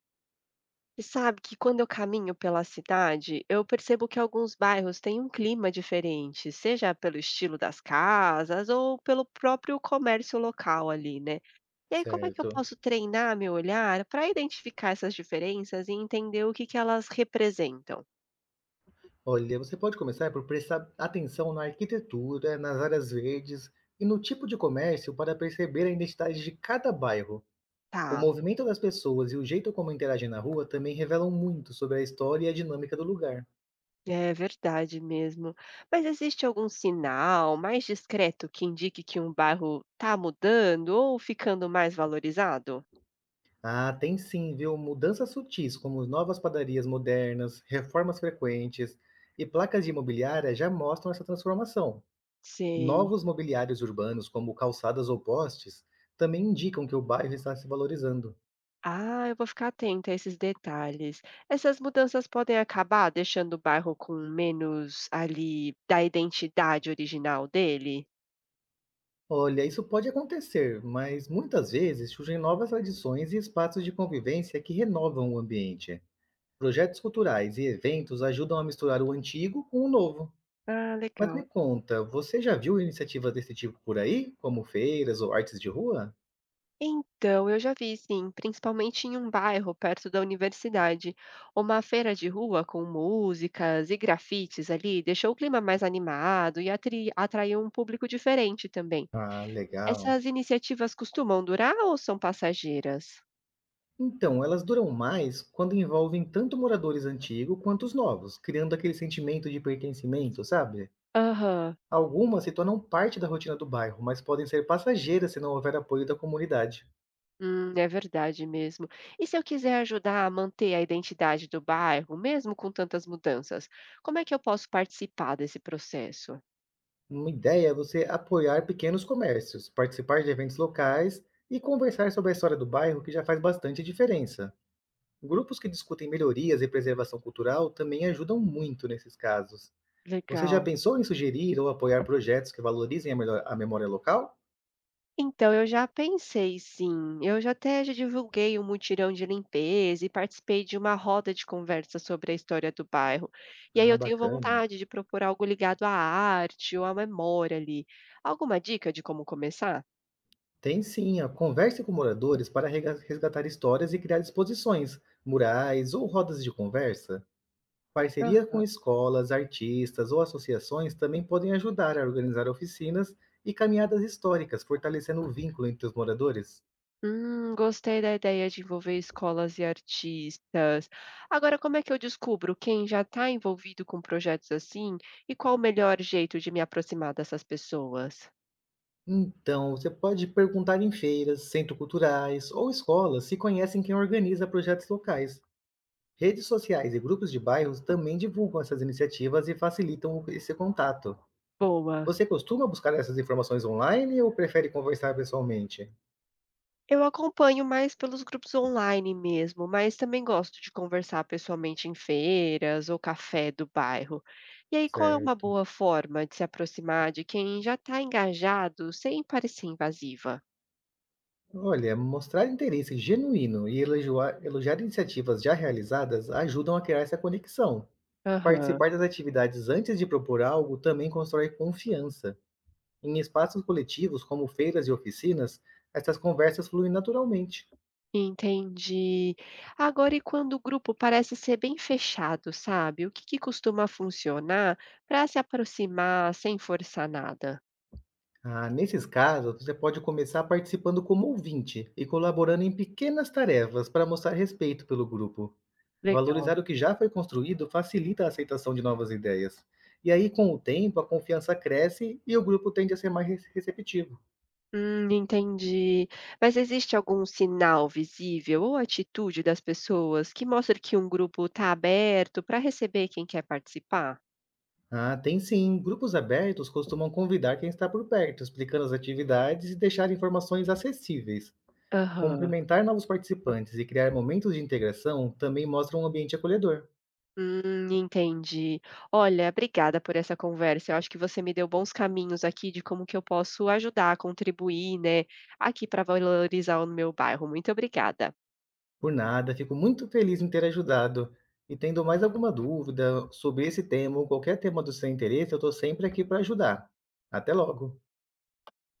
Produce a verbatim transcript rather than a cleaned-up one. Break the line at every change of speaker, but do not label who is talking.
E sabe que quando eu caminho pela cidade, eu percebo que alguns bairros têm um clima diferente, seja pelo estilo das casas ou pelo próprio comércio local ali, né? E aí, como é que eu
Certo.
posso treinar meu olhar para identificar essas diferenças e entender o que que elas representam?
Olha, você pode começar por prestar atenção na arquitetura, nas áreas verdes e no tipo de comércio para perceber a identidade de cada bairro. O
Tá,
movimento das pessoas e o jeito como interagem na rua também revelam muito sobre a história e a dinâmica do lugar.
é verdade mesmo. Mas existe algum sinal mais discreto que indique que um bairro está mudando ou ficando mais valorizado?
Ah, tem sim, viu? Mudanças sutis, como novas padarias modernas, reformas frequentes e placas de imobiliária já mostram essa transformação.
Sei.
Novos mobiliários urbanos, como calçadas ou postes, também indicam que o bairro está se valorizando.
Ah, eu vou ficar atenta a esses detalhes. Essas mudanças podem acabar deixando o bairro com menos ali da identidade original dele?
Olha, isso pode acontecer, mas muitas vezes surgem novas tradições e espaços de convivência que renovam o ambiente. Projetos culturais e eventos ajudam a misturar o antigo com o novo.
Ah,
Mas
legal.
me conta, você já viu iniciativas desse tipo por aí, como feiras ou artes de rua?
Então, eu já vi, sim, principalmente em um bairro perto da universidade. Uma feira de rua com músicas e grafites ali deixou o clima mais animado e atri- atraiu um público diferente também.
Ah, legal.
Essas iniciativas costumam durar ou são passageiras?
Então, elas duram mais quando envolvem tanto moradores antigos quanto os novos, criando aquele sentimento de pertencimento, sabe?
Aham.
Algumas se tornam parte da rotina do bairro, mas podem ser passageiras se não houver apoio da comunidade.
Hum, é verdade mesmo. E se eu quiser ajudar a manter a identidade do bairro, mesmo com tantas mudanças, como é que eu posso participar desse processo?
Uma ideia é você apoiar pequenos comércios, participar de eventos locais e conversar sobre a história do bairro, que já faz bastante diferença. Grupos que discutem melhorias e preservação cultural também ajudam muito nesses casos. Você já
Legal.
pensou em sugerir ou apoiar projetos que valorizem a, melhor- a memória local?
Então, eu já pensei sim. Eu já até já divulguei um mutirão de limpeza e participei de uma roda de conversa sobre a história do bairro. E aí
Ah,
eu tenho
bacana.
vontade de propor algo ligado à arte ou à memória ali. Alguma dica de como começar?
Tem sim, ó. Converse com moradores para rega- resgatar histórias e criar exposições, murais ou rodas de conversa. Parcerias com escolas, artistas ou associações também podem ajudar a organizar oficinas e caminhadas históricas, fortalecendo o vínculo entre os moradores.
Hum, gostei da ideia de envolver escolas e artistas. Agora, como é que eu descubro quem já está envolvido com projetos assim e qual o melhor jeito de me aproximar dessas pessoas?
Então, você pode perguntar em feiras, centros culturais ou escolas se conhecem quem organiza projetos locais. Redes sociais e grupos de bairros também divulgam essas iniciativas e facilitam esse contato.
Boa.
Você costuma buscar essas informações online ou prefere conversar pessoalmente?
Eu acompanho mais pelos grupos online mesmo, mas também gosto de conversar pessoalmente em feiras ou café do bairro. E aí, qual é uma
Certo.
boa forma de se aproximar de quem já está engajado sem parecer invasiva?
Olha, mostrar interesse genuíno e elogiar, elogiar iniciativas já realizadas ajudam a criar essa conexão.
Aham.
Participar das atividades antes de propor algo também constrói confiança. Em espaços coletivos, como feiras e oficinas, essas conversas fluem naturalmente.
Entendi. Agora, e quando o grupo parece ser bem fechado, sabe? O que que costuma funcionar para se aproximar sem forçar nada?
Ah, nesses casos, você pode começar participando como ouvinte e colaborando em pequenas tarefas para mostrar respeito pelo grupo.
Legal.
Valorizar o que já foi construído facilita a aceitação de novas ideias. E aí, com o tempo, a confiança cresce e o grupo tende a ser mais re- receptivo.
Hum, entendi. Mas existe algum sinal visível ou atitude das pessoas que mostra que um grupo está aberto para receber quem quer participar?
Ah, tem sim. Grupos abertos costumam convidar quem está por perto, explicando as atividades e deixar informações acessíveis.
Aham.
Cumprimentar novos participantes e criar momentos de integração também mostra um ambiente acolhedor.
Hum, entendi. Olha, obrigada por essa conversa. Eu acho que você me deu bons caminhos aqui de como que eu posso ajudar, contribuir, né, aqui para valorizar o meu bairro. Muito obrigada.
Por nada, fico muito feliz em ter ajudado. E tendo mais alguma dúvida sobre esse tema ou qualquer tema do seu interesse, eu estou sempre aqui para ajudar. Até logo!